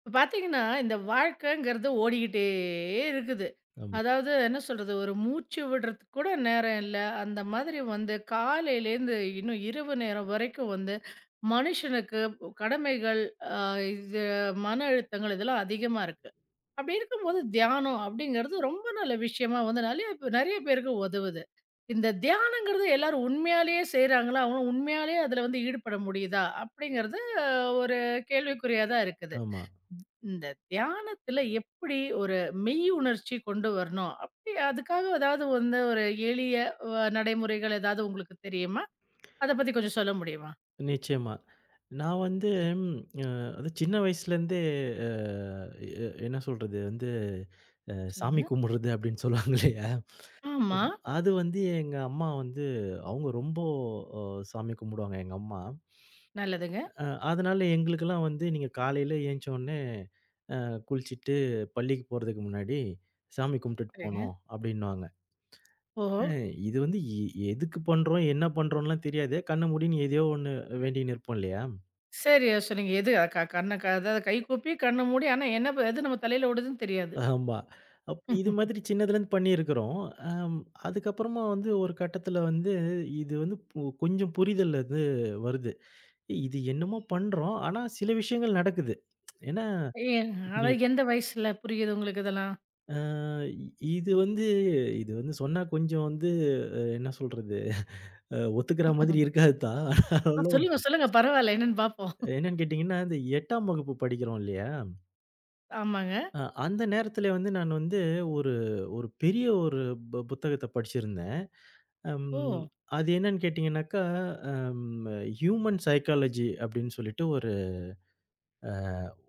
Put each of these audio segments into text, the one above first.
இப்ப பார்த்தீங்கன்னா, இந்த வாழ்க்கைங்கிறது ஓடிக்கிட்டே இருக்குது. ஆமா, அதாவது என்ன சொல்றது, ஒரு மூச்சு விடுறதுக்கு கூட நேரம் இல்ல. அந்த மாதிரி வந்து காலையிலேருந்து இன்னும் இரவு நேரம் வரைக்கும் வந்து மனுஷனுக்கு கடமைகள், அ இது மன அழுத்தங்கள் இதெல்லாம் அதிகமா இருக்கு. அப்படி இருக்கும்போது தியானம் அப்படிங்கிறது ரொம்ப நல்ல விஷயமா வந்து நெறைய நெறைய பேருக்கு உதவுது. இந்த தியானங்கிறது எல்லாரும் உண்மையாலேயே செய்றாங்களா? அவங்களும் உண்மையாலேயே அதில வந்து ஈடுபட முடியுதா? அப்படிங்கிறது ஒரு கேள்விக்குறியா தான் இருக்குது. ஆமா. இந்த தியானத்துல எப்படி ஒரு மெய் உணர்ச்சி கொண்டு வரணும்? அப்படி அதுக்காக ஏதாவது வந்து ஒரு எளிய நடைமுறைகள் ஏதாவது உங்களுக்கு தெரியுமா? அத பத்தி கொஞ்சம் சொல்ல முடியுமா? நிச்சயமா. நான் வந்து ம் அ அது சின்ன வயசுலேருந்தே அ எ என்ன சொல்றது வந்து சாமி சொல்லுங்க. கும்பிடுறது அப்படின்னு சொல்லுவாங்க இல்லையா? ஆமா. அது வந்து எங்க அம்மா வந்து அவங்க ரொம்ப அ சாமி கும்பிடுவாங்க எங்க அம்மா. நல்லதுங்க. அ அதனால எங்களுக்கெல்லாம் வந்து நீங்க காலையில ஏஞ்சோனே அ குளிச்சுட்டு பள்ளிக்கு போறதுக்கு முன்னாடி சாமி கும்பிட்டுட்டு சரிங்க. போணும் அப்படின்னுவாங்க. ஓஹோ! அ இது வந்து எதுக்கு பண்றோம்? என்ன பண்றோம்லாம் தெரியாது. கண்ண மூடின்னு எதையோ ஒண்ணு வேண்டின்னு இருப்போம் இல்லையா? சரியா சொன்னீங்க. எது அ- க கண்ண க அதாவது கை கூப்பி கண்ண மூடி ஆனா என்ன ப எது நம்ம தலையில ஓடுதுன்னு தெரியாது. ஆமா. அப்ப இது மாதிரி சின்னதுலேருந்து பண்ணியிருக்கிறோம். அம் அதுக்கப்புறமா வந்து ஒரு கட்டத்தில வந்து இது வந்து கொஞ்சம் புரிதல் அது வருது. ஏய், இது என்னமோ பண்றோம். ஆனா சில விஷயங்கள் நடக்குது. ஏன்னா ஏ இப்ப நீங்க அதாவது எந்த வயசுல புரியுது உங்களுக்கு இதெல்லாம்? அ இது வந்து இது வந்து சொன்னா கொஞ்சம் வந்து என்ன சொல்றது? ஒத்துக்கிற மாதிரி இருக்காது தான். ஆ ஆனாலும் சொல்லுங்க, சொல்லுங்க. பரவால்ல. என்னன்னு பார்ப்போம். என்னன்னு கேட்டீங்கன்னா, இந்த 8ஆம் வகுப்பு படிக்கிறோம் இல்லையா? ஆமாங்க. அந்த நேரத்துல வந்து நான் வந்து ஒரு ஒரு பெரிய ஒரு புத்தகத்த படிச்சிருந்தேன். அம் ஓ! அது என்னன்னு கேட்டீங்கன்னாக்கா, அம் ஹியூமன் சைக்காலஜி அப்படின்னு சொல்லிட்டு ஒரு அ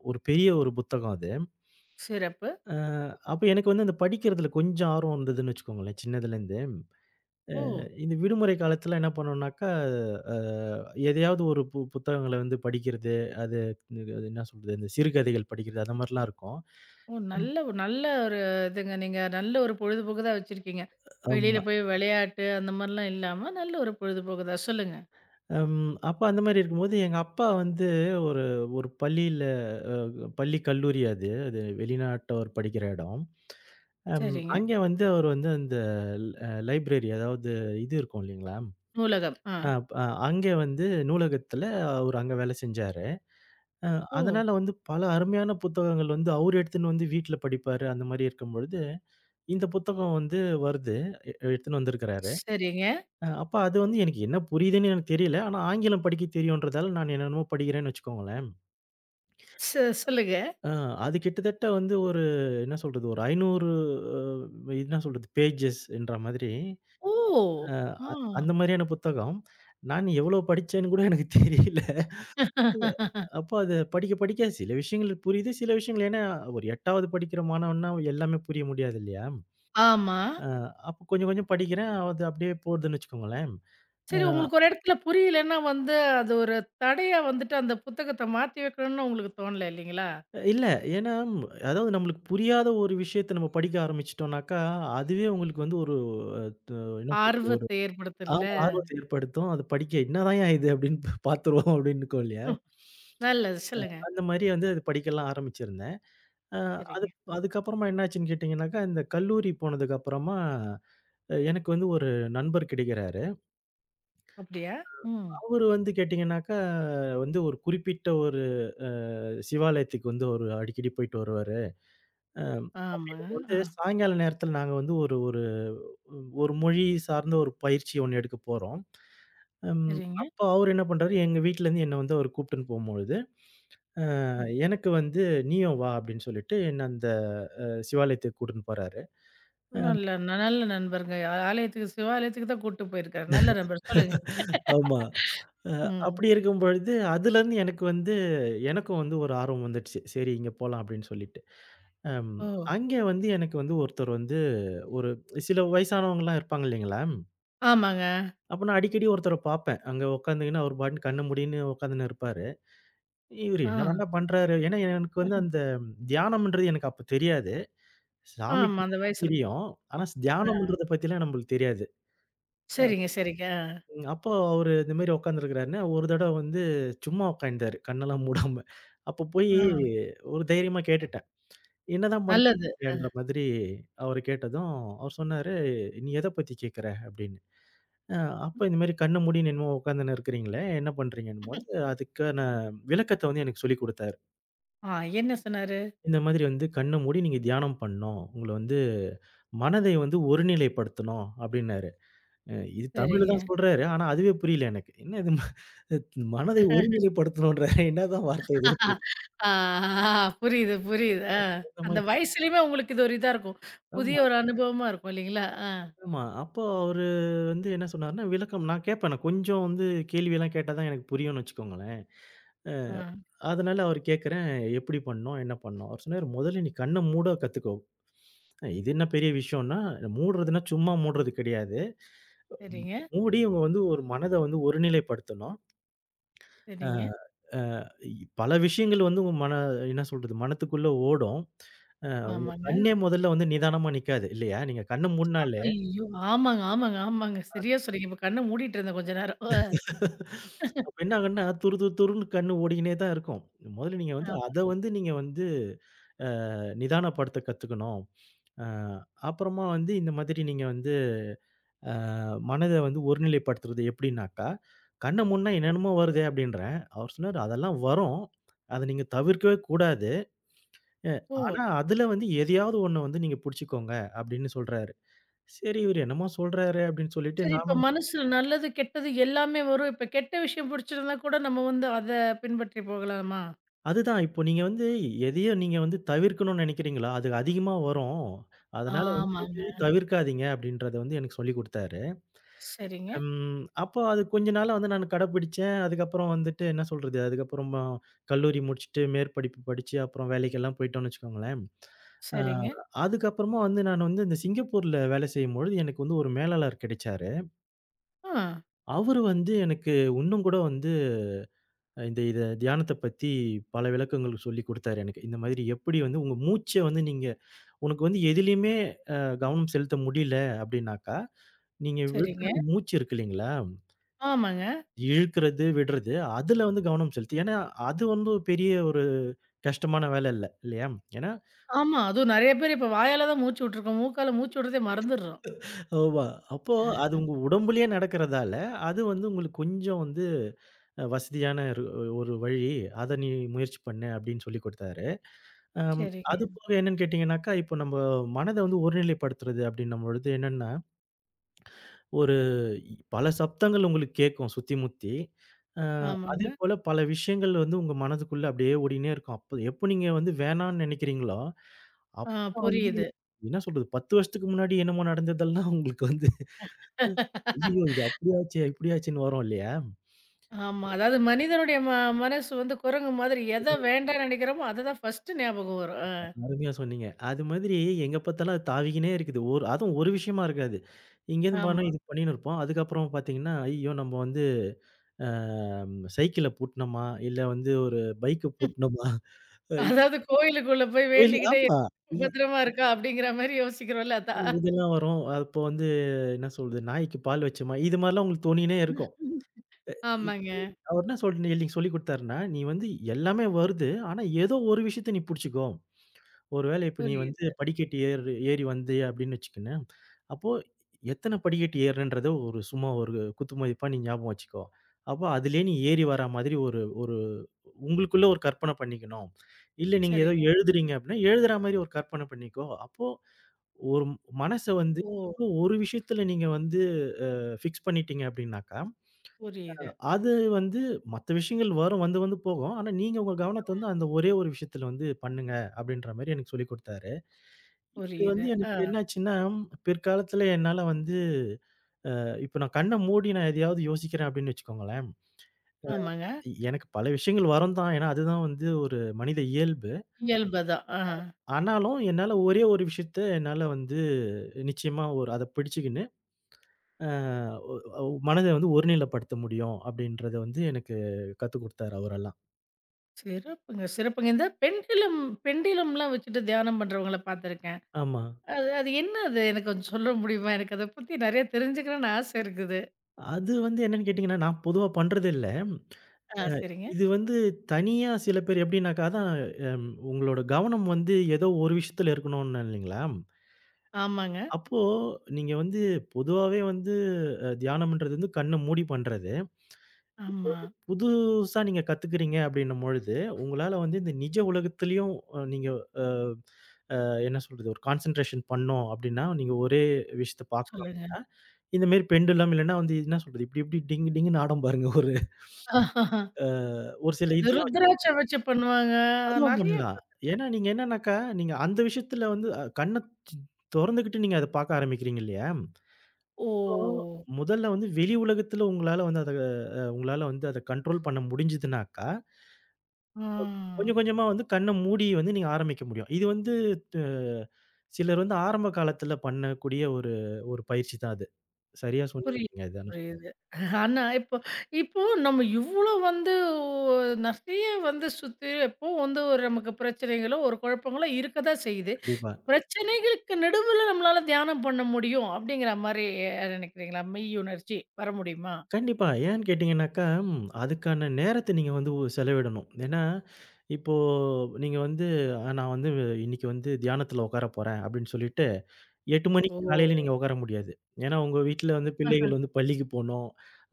ஒரு பெரிய ஒரு புத்தகம் அது. சிறப்பு. அ அப்ப எனக்கு வந்து அந்த படிக்கிறதுல கொஞ்சம் ஆர்வம் இருந்ததுன்னு வச்சுக்கோங்களேன், சின்னதுலேருந்து. ஓ! இந்த விடுமுறை காலத்துல என்ன பண்ணுவேன்னாக்கா, அ எதையாவது ஒரு புத்தகங்கள வந்து படிக்கிறது, அது அது என்ன சொல்றது, இந்த சிறுகதைகள் படிக்கிறது அந்த மாரிலாம் இருக்கும். ஓ! ம் நல்ல ஒரு இதுங்க. நீங்க நல்ல ஒரு பொழுதுபோக்கு தான் வச்சிருக்கீங்க. வெளியில ஆமா. போய் விளையாட்டு அந்த மாரிலாம் இல்லாம, நல்ல ஒரு பொழுதுபோக்கு தான். சொல்லுங்க. அம் அப்ப அந்த மாரி இருக்கும்போது, எங்க அப்பா வந்து ஒரு ஒரு பள்ளியில அ பள்ளி, கல்லூரி அது. அது வெளிநாட்டவர் படிக்கிற இடம். அம் சரிங்க. அங்கே வந்து அவர் வந்து அந்த லைப்ரரி அதாவது இது இருக்கும் இல்லைங்களா? நூலகம். ஆ. அ அ அங்கே வந்து நூலகத்தில அவர் அங்க வேலை செஞ்சாரு. அ ஓ! அதனால வந்து பல அருமையான புத்தகங்கள் வந்து அவரு எடுத்துன்னு வந்து வீட்ல படிப்பாரு. அந்த மாரி இருக்கும்பொழுது, இந்த புத்தகம் வந்து வருது. எடுத்துன்னு வந்திருக்கிறாரு. சரிங்க. அப்ப அது வந்து எனக்கு என்ன புரியுதுன்னு எனக்கு தெரியல. ஆனா ஆங்கிலம் படிக்க தெரியுன்றதால நான் என்னென்னமோ படிக்கிறேன்னு வச்சுக்கோங்களேன். ச சொல்லுங்க. ஆ அது கிட்டத்தட்ட வந்து ஒரு என்ன சொல்றது, ஒரு 500 என்ன சொல்றது பேஜஸ் என்ற மாதிரி ஓ! ஆ. அ அந்த மாதிரியான புத்தகம். நான் எவ்வளோ படிச்சேன்னு கூட எனக்கு தெரியல. அப்போ அத படிக்க படிக்க சில விஷயங்கள் புரியுது, சில விஷயங்கள் ஏன்னா ஒரு 8வது படிக்கிற மாணவன்னா எல்லாமே புரிய முடியாது இல்லையா? ஆமா. அ அப்போ கொஞ்சம் கொஞ்சம் படிக்கிறேன். அது அப்படியே போதுன்னு வச்சுக்கோங்களேன். அ சரி உங்களுக்கு ஒரு இடத்துல புரியலன்னா வந்து, அது ஒரு தடையா வந்துட்டு அந்த புத்தகத்த மாத்தி வைக்கணும்னு உங்களுக்கு தோணல இல்லைங்களா? இல்ல ஏன்னா அதாவது நம்மளுக்கு புரியாத ஒரு விஷயத்த நம்ம படிக்க ஆரம்பிச்சுட்டோம்னாக்கா, அதுவே உங்களுக்கு வந்து ஒரு அ என்ன சொல்றது ஆர்வத்த ஏற்படுத்துல்ல. ஆமா. ஆர்வத்த ஏற்படுத்தும். அது படிக்க "என்னதாய்யா இது?" அப்படின்னு பார்த்துருவோம் அப்படின்னு இருக்கும் இல்லையா? ம். நல்லது. சொல்லுங்க. அந்த மாரி வந்து அது படிக்கலாம் ஆரம்பிச்சிருந்தேன். அ அது சரிங்க. அதுக்கப்புறமா என்னாச்சுன்னு கேட்டீங்கன்னாக்கா, இந்த கல்லூரி போனதுக்கப்புறமா எனக்கு வந்து ஒரு நண்பர் கிடைக்கிறாரு. அப்படியா? ம். அவரு வந்து கேட்டீங்கன்னாக்கா, வந்து ஒரு குறிப்பிட்ட ஒரு அ சிவாலயத்துக்கு வந்து அவரு அடிக்கடி போயிட்டு வருவாரு. அ ஆமாங்க. அப்படிங்கும்போது, ஆ. சாயங்கால நேரத்தில நாங்க வந்து ஒரு ஒரு ஒரு மொழி சார்ந்த ஒரு பயிற்சி ஒண்ணு எடுக்க போறோம். ம் சரிங்க. அப்ப அவரு என்ன பண்றாரு, எங்க வீட்லருந்து என்ன வந்து அவரு கூப்ட்டுன்னு போம்பொழுது, அ எனக்கு வந்து "நீயும் வா" அப்படின்னு சொல்லிட்டு என்ன அந்த சிவாலயத்துக்கு கூட்டின்னு போறாரு. நல்ல நல்ல நண்பருங்க. ஆலயத்துக்கு சிவாலயத்துக்கு தான் கூட்டு போயிருக்காரு. நல்ல நண்பர். சொல்லுங்க. ஆமா. அ ம். அப்படி இருக்கும் பொழுது, அதுலருந்து எனக்கு வந்து எனக்கும் வந்து ஒரு ஆர்வம் வந்துடுச்சு. சரி இங்க போலாம் அப்படின்னு சொல்லிட்டு. அம் ஓ! அங்கே வந்து எனக்கு வந்து ஒருத்தர் வந்து ஒரு சில வயசானவங்கலாம் இருப்பாங்க இல்லைங்களா? ஆமாங்க. அப்ப நான் அடிக்கடி ஒருத்தர பார்ப்பேன். அங்க உட்காந்துக்கின்னு அவர் பாட்டுன்னு கண்ண மூடின்னு உட்காந்துன்னு இருப்பாரு. இவரு ஆ. என்னதான்டா பண்றாரு? ஏன்னா எனக்கு வந்து அந்த தியானம்ன்றது எனக்கு அப்ப தெரியாது. சாமி ஆமா. அந்த கும்பிட வயசுல. தெரியும். ஆனா ஆ. தியானம்ன்றத பத்திலாம் நம்மளுக்கு தெரியாது. சரிங்க, சரிங்க. ம் அப்போ அவரு இந்த மாரி உட்காந்துருக்கிறாருன்னு, ஒரு தடவ வந்து சும்மா உட்கார்ந்தாரு. கண்ணெல்லாம் மூடாம. அப்போ போயி ஆ. ஆ. ஒரு தைரியமா கேட்டுட்டேன். "என்னதான் நல்லது. பண்றீங்கன்ற" மாதிரி அவரு கேட்டதும், அவர் சொன்னாரு, "நீ எத பத்தி கேட்குற?" அப்படின்னு. அ அப்ப இந்த மாரி கண்ண மூடின்னு என்னமோ உட்காந்துன்னு இருக்குறீங்களே! என்ன பண்றீங்கன்னும்போது, அதுக்கான விளக்கத்த வந்து எனக்கு சொல்லிக் குடுத்தாரு. ஆ என்ன சொன்னாரு? இந்த மாதிரி வந்து கண்ண மூடி நீங்க தியானம் பண்ணணும். உங்கள வந்து மனதை வந்து ஒருநிலைப்படுத்தணும் அப்டின்னாரு. அ இது தமிழ்ல சரிங்க. தான் சொல்றாரு. ஆனா அதுவே புரியல எனக்கு. என்ன இது மனதை ஒருநிலைப்படுத்தணுன்றாரு. என்னதான் வார்த்தை இது? ஆ, புரியுது, புரியுது. ஆ. அந்த அந்த மாதிரி வயசுலயுமே உங்களுக்கு இது ஒரு இதா இருக்கும். புதிய ஆமா, ஒரு அனுபவமா இருக்கும் இல்லைங்களா? ஆ. ஆமா. அப்போ அவரு வந்து என்ன சொன்னாருன்னா, விளக்கம் நான் கேட்பேன். நான் கொஞ்சம் வந்து கேள்விலாம் கேட்டா தான் எனக்கு புரியும்னு வச்சுக்கோங்களேன். ஆ. அதனால அவரு கேட்கிறேன், "எப்படி பண்ணோம்? என்ன பண்ணோம்?" அவரு சொன்னாரு, "முதல்ல நீ கண்ண மூட கத்துக்கோ. இது என்ன பெரிய விஷயம்னா, மூடுறதுன்னா சும்மா மூடுறது கிடையாது. சரிங்க, மூடி அவங்க வந்து ஒரு மனத வந்து ஒருநிலைப்படுத்தணும். ஆ. சரிங்க. அ பல விஷயங்கள் வந்து உங்க மன என்ன சொல்றது? மனத்துக்குள்ள ஓடும். அ உங்க ஆமாங்க. கண்ணே முதல்ல வந்து நிதானமா நிக்காது இல்லையா? நீங்க கண்ண மூடுனாலே ஐயோ! ஆமாங்க, ஆமாங்க, ஆமாங்க. சரியா சொன்னீங்க. இப்ப கண்ண மூடிட்டு இருந்தேன் கொஞ்ச நேரம். அப்ப என்ன ஆகும்னா, துரு துரு துருன்னு கண்ணு ஓடிக்கினே தான் இருக்கும். முதல்ல நீங்க வந்து ஆமா. அத வந்து நீங்க வந்து அ நிதானப்படுத்த கத்துக்கணும்." அ அப்புறமா வந்து இந்த மாதிரி நீங்க வந்து அ மனத வந்து ஒருநிலைப்படுத்துறது எப்படின்னாக்கா, கண்ண மூடுனா என்னென்னமோ வருதே அப்படின்றேன். அவர் சொன்னாரு, "அதெல்லாம் வரும். அத நீங்க தவிர்க்கவே கூடாது. அ ஓ! ஆனா அதுல வந்து எதையாவது ஒண்ண வந்து நீங்க புடிச்சுக்கோங்க" அப்படின்னு சொல்றாரு. சரி இவரு என்னமோ சொல்றாரு அப்படின்னு சொல்லிட்டு சரி, இப்ப நானும் மனசுல நல்லது, கெட்டது எல்லாமே வரும். இப்ப கெட்ட விஷயம் புடிச்சிருந்தா கூட நம்ம வந்து அத பின்பற்றி போகலாமா? அதுதான் இப்போ நீங்க வந்து எதையும் நீங்க வந்து தவிர்க்கணும்னு நெனைக்கிறீங்களா? அது அதிகமா வரும். அதனால வந்து ஆமாங்க. எதையுமே தவிர்க்காதீங்க அப்படின்றத வந்து எனக்கு சொல்லிக் குடுத்தாரு. சரிங்க, ம். அப்போ அது கொஞ்ச நாளா வந்து நான் கடைப்பிடிச்சேன். அதுக்கப்புறம் வந்துட்டு என்ன சொல்றது, அதுக்கப்புறமா கல்லூரி முடிச்சுட்டு மேற்படிப்பு படிச்சு, அப்புறம் வேலைக்கெல்லாம் போயிட்டோம்னு வச்சுக்கோங்களேன். அ சரிங்க. அதுக்கப்புறமா வந்து நான் வந்து இந்த சிங்கப்பூர்ல வேலை செய்யும்பொழுது, எனக்கு வந்து ஒரு மேலாளர் கிடைச்சாரு. ஆ, அவரு வந்து எனக்கு இன்னும் கூட வந்து இந்த தியானத்த பத்தி பல விளக்கங்கள் சொல்லிக் குடுத்தாரு எனக்கு. இந்த மாதிரி எப்படி வந்து உங்க மூச்ச வந்து நீங்க உனக்கு வந்து எதிலயுமே அ கவனம் செலுத்த முடியல அப்படின்னாக்கா, நீங்க விடுற சரிங்க. அந்த மூச்சு இருக்கு இல்லைங்களா? ஆமாங்க. இழுக்கிறது, விடுறது. அதுல வந்து கவனம் செலுத்து. ஏன்னா, அது வந்து பெரிய ஒரு கஷ்டமான வேலை இல்ல. இல்லையா? ஏன்னா ஆமா. அதுவும் நெறைய பேர் இப்ப வாயால தான் மூச்சு விட்டுருக்கோம். மூக்கால மூச்சு விடுறதே மறந்துடுறோம். ஆமா. அப்போ அது உங்க உடம்புலயே நடக்கிறதால, அது வந்து உங்களுக்கு கொஞ்சம் வந்து வசதியான ஒரு ஒரு வழி. அத நீ முயற்சி பண்ணு அப்படின்னு சொல்லிக் குடுத்தாரு. அம் அது சரிங்க. போக என்னன்னு கேட்டீங்கன்னாக்கா, இப்போ நம்ப மனத வந்து ஒருநிலைப்படுத்துறது அப்படின்னும் பொழுது என்னன்னா ஒரு பல சப்தங்கள் உங்களுக்கு கேட்கும் சுத்தி முத்தி. அ ஆமாங்க. அதேபோல பல விஷயங்கள் வந்து உங்க மனதுக்குள்ள அப்படியே ஓடின்னே இருக்கும். அப்ப எப்போ நீங்க வந்து வேணான்னு நினைக்கிறீங்களோ, ஆ அப்பதான் வந்து புரியுது. என்ன சொல்றது 10 வருஷத்துக்கு முன்னாடி என்னமோ நடந்ததெல்லாம் உங்களுக்கு வந்து ஐயயோ! இது அப்படியாச்சே, இப்படியாச்சேன்னு வரும் இல்லையா? ஆமா. அதாவது மனிதனுடைய மனசு வந்து குரங்கு மாதிரி எத சொல்லுங்க. வேண்டான்னு நெனைக்கிறோமோ, அததான் ஃபர்ஸ்ட் ஞாபகம் வரும். ஆ, அருமையா சொன்னீங்க. அது மாதிரி எங்க பார்த்தாலும் அது தாவிக்கினே இருக்குது. ஒரு அதுவும் ஒரு விஷயமா இருக்காது. இங்கேருந்து போனா ஆமா. இது பண்ணின்னு இருப்போம். அதுக்கப்புறம் பார்த்தீங்கன்னா, ஐயோ! நம்ம வந்து அ சைக்கிள பூட்டுனோமா, இல்ல வந்து ஒரு பைக்க பூட்டுனோமா அ இ அதாவது கோயிலுக்குள்ள போய் வெளி வேண்டிக்கிட்டே, ஆமா. இ "பத்திரமா இருக்கா?" அப்படிங்கிற மாரி யோசிக்கிறோம்ல அதான். இதெல்லாம் வரும். அப்போ வந்து என்ன சொல்றது, நாய்க்கு பால் வச்சோமா, இது மாரிலாம் உங்களுக்கு தோணினே இருக்கும். இ ஆமாங்க. அவர் என்ன சொல் நீங்க சொல்லிக் குடுத்தாருன்னா, நீ வந்து எல்லாமே வருது. ஆனா, ஏதோ ஒரு விஷயத்த நீ புடிச்சுக்கோ. ஒருவேளை இப்ப நீ வந்து புரியுது. படிக்கட்டு ஏறு ஏறி வந்திய அப்படின்னு வச்சுக்கோயேன். அப்போ எத்தன படிக்கட்டு ஏறுறன்றத ஒரு சும்மா ஒரு குத்துமதிப்பா நீ ஞாபகம் வச்சுக்கோ. அப்போ அதிலேயே நீ ஏறி வர மாதிரி ஒரு ஒரு உங்களுக்குள்ள ஒரு கற்பனை பண்ணிக்கணும். இல்ல நீங்க ஏதோ சரிங்க. எழுதுறீங்க அப்படின்னா, எழுதுற மாரி ஒரு கற்பனை பண்ணிக்கோ. அப்போ ஒரு மனச வந்து ஓ! ஒரு விஷயத்துல நீங்க வந்து அ ஃபிக்ஸ் பண்ணிட்டீங்க அப்படின்னாக்கா, புரியுது, அது வந்து மத்த விஷயங்கள் வரும் வந்து வந்து போகும். ஆனா, நீங்க உங்க கவனத்த வந்து அந்த ஒரே ஒரு விஷயத்துல வந்து பண்ணுங்க அப்படின்ற மாரி எனக்கு சொல்லிக் குடுத்தாரு. இது புரியுது. வந்து ஆ, எனக்கு என்னாச்சுன்னா, பிற்காலத்துல என்னால வந்து இப்ப நான் கண்ண மூடி நான் எதையாவது யோசிக்கிறேன் அப்படின்னு வச்சுக்கோங்களேன், ஆமாங்க. எனக்கு பல விஷயங்கள் வரும் தான். ஏன்னா, அதுதான் வந்து ஒரு மனித இயல்பு. இயல்பு தான். ஆ. ஆனாலும் என்னால ஒரே ஒரு விஷயத்த என்னால வந்து நிச்சயமா ஒரு அத பிடிச்சுக்கின்னு அ ஒ ஒ மனத வந்து ஒருநிலைப்படுத்த முடியும் அப்படின்றத வந்து எனக்கு கத்துக் குடுத்தாரு அவரெல்லாம். சிறப்புங்க, சிறப்புங்க. இந்த பெண்டிலும் பெண்டிலம்லாம் வச்சுட்டு தியானம் பண்றவங்கள பார்த்துருக்கேன். ஆமா. அது அது என்ன அது? எனக்கு கொஞ்சம் சொல்ல முடியுமா? எனக்கு அத பத்தி நெறைய தெரிஞ்சுக்கணும்னு ஆசை இருக்குது. அது வந்து என்னன்னு கேட்டீங்கன்னா, நான் பொதுவா பண்றதில்ல. ஆ சரிங்க. இது வந்து தனியா சில பேர் எப்படின்னாக்கா, அதான் உங்களோட கவனம் வந்து ஏதோ ஒரு விஷயத்துல இருக்கணும்னே இல்லைங்களா? ஆமாங்க. அப்போ நீங்க வந்து பொதுவாவே வந்து தியானம்ன்றது வந்து கண்ண மூடி பண்றது. இப்போ ஆமா. வந்து புதுசா நீங்க கத்துக்கிறீங்க அப்படின்னும் பொழுது, உங்களால வந்து இந்த நிஜ உலகத்திலயும் நீங்க அ என்ன சொல்றது? ஒரு கான்சன்ட்ரேஷன் பண்ணோம் அப்டின்னா, நீங்க ஒரே விஷயத்த பார்க்கணும் சொல்லுங்க. அப்டின்னா, இந்த மாரி பெண்டுலம் இல்லன்னா வந்து என்ன சொல்றது? இப்டி இப்டி டிங் டிங்ன்னு ஆடும் பாருங்க ஒரு அ ஒரு சில அந்த இதெல்லாம் வச்சு ருத்ராட்சம் வச்சு பண்ணுவாங்க. அதுவும் நெறைய பண்ணலாம். ஏன்னா நீங்க என்னன்னாக்கா, நீங்க அந்த விஷயத்துல வந்து கண்ண த் தொறந்துகிட்டு நீங்க அத பார்க்க ஆரம்பிக்கிறீங்க இல்லையா? ஓ! அப்போ முதல்ல வந்து வெளி உலகத்துல உங்களால வந்து அத கண்ட்ரோல் பண்ண முடிஞ்சதுனாக்கா ஆ. கொஞ்சம் கொஞ்சமா வந்து கண்ண மூடி வந்து நீங்க ஆரம்பிக்க முடியும். இது வந்து து சிலர் வந்து ஆரம்ப காலத்துல பண்ணக்கூடிய ஒரு ஒரு பயிற்சி தான் அது. சரியா சொன்னீங்க புரியுது, நீங்க இது ஆனா. புரியுது. ஆனா, இப்போ இப்போ நம்ம இவ்ளோ வந்து ஒ நெறைய வந்து சுத்தி எப்பவும் வந்து ஒரு நமக்கு பிரச்சனைகளோ, ஒரு குழப்பங்களோ இருக்க தான் செய்யுது. கண்டிப்பா. பிரச்சனைகளுக்கு நடுவுல நம்மளால தியானம் பண்ண முடியும் அப்படிங்கிற மாரி நினைக்கிறீங்களா? மெய் உணர்ச்சி வர முடியுமா? கண்டிப்பா. ஏன்னு கேட்டீங்கன்னாக்கா, ம் அதுக்கான நேரத்த நீங்க வந்து செலவிடணும். ஏன்னா, இப்போ நீங்க வந்து நான் வந்து இன்னைக்கு வந்து தியானத்துல உட்கார போறேன் அப்படின்னு சொல்லிட்டு, 8 ஓ! மணிக்கு காலையில நீங்க உட்கார முடியாது. ஏன்னா, உங்க வீட்ல வந்து பிள்ளைகள் வந்து பள்ளிக்கு போணும்.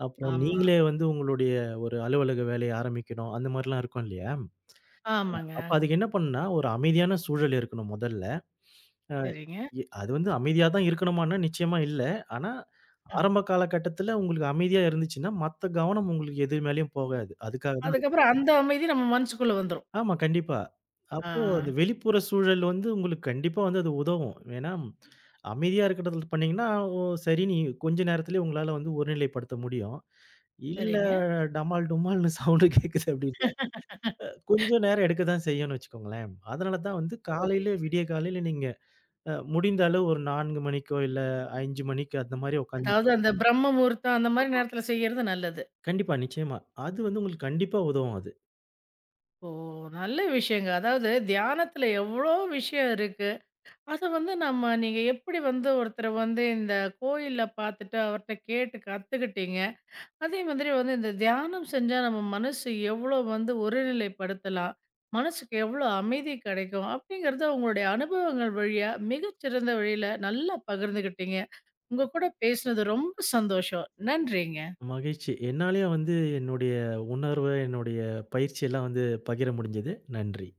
அப்புறம் ஆமா. நீங்களே வந்து உங்களுடைய ஒரு அலுவலக வேலைய ஆரம்பிக்கணும். அந்த மாரிலாம் இருக்கும் இல்லையா? ஆமாங்க. அப்ப அதுக்கு என்ன பண்ணணும்னா, ஒரு அமைதியான சூழல் இருக்கணும் முதல்ல. அ சரிங்க. எ அது வந்து அமைதியா தான் இருக்கணுமான்னா, நிச்சயமா இல்ல. ஆனா, அ. ஆரம்ப காலகட்டத்தில உங்களுக்கு அமைதியா இருந்துச்சுன்னா, மத்த கவனம் உங்களுக்கு எது மேலயும் போகாது. அதுக்காக தான் அது அதுக்கப்புறம் அந்த அமைதி நம்ம மனசுக்குள்ள வந்துரும். ஆமா, கண்டிப்பா. ஆ. அப்போ அந்த வெளிப்புற சூழல் வந்து உங்களுக்கு கண்டிப்பா வந்து அது உதவும். ஏன்னா, அமைதியா இருக்கிறதில பண்ணீங்கன்னா, ஓ சரின்னு கொஞ்ச நேரத்திலேயே உங்களால வந்து ஒருநிலைப்படுத்த முடியும். இல்ல சரிங்க. டமால் டுமால்னு சவுண்டு கேட்குது அப்டின்னா கொஞ்சம் நேரம் எடுக்க தான் செய்யும்னு வச்சுக்கோங்களேன். அதனால தான் வந்து காலையில புரியுது. விடிய காலையில நீங்க முடிந்த அளவு ஒரு 4 மணிக்கோ, இல்ல 5 மணிக்கு அந்த மாரி உட்காந்து அதாவது அந்த பிரம்ம முகூர்த்தம் அந்த மாரி நேரத்துல செய்யறது நல்லது. கண்டிப்பா, நிச்சயமா. அது வந்து உங்களுக்கு கண்டிப்பா உதவும் அது. ஓ! நல்ல விஷயங்க. அதாவது தியானத்துல எவ்ளோ விஷயம் இருக்கு. அத வந்து நம்ம நீங்க எப்படி வந்து ஒருத்தர வந்து இந்த கோயில்ல பார்த்துட்டு, அவர்ட்ட கேட்டு கத்துக்கிட்டீங்க. அதே மாதிரி வந்து இந்த தியானம் செஞ்சா நம்ம மனசு எவ்ளோ வந்து ஒருநிலைப்படுத்தலாம். மனசுக்கு எவ்ளோ அமைதி கிடைக்கும். அப்படிங்கிறத உங்களுடைய அனுபவங்கள் வழியா மிகச்சிறந்த வழியில நல்லா பகிர்ந்துகிட்டீங்க. உங்க கூட பேசினது ரொம்ப சந்தோஷம். நன்றிங்க. மகிழ்ச்சி. என்னாலயும் வந்து என்னுடைய உணர்வு, என்னுடைய பயிற்சி எல்லாம் வந்து பகிர முடிஞ்சது. நன்றி.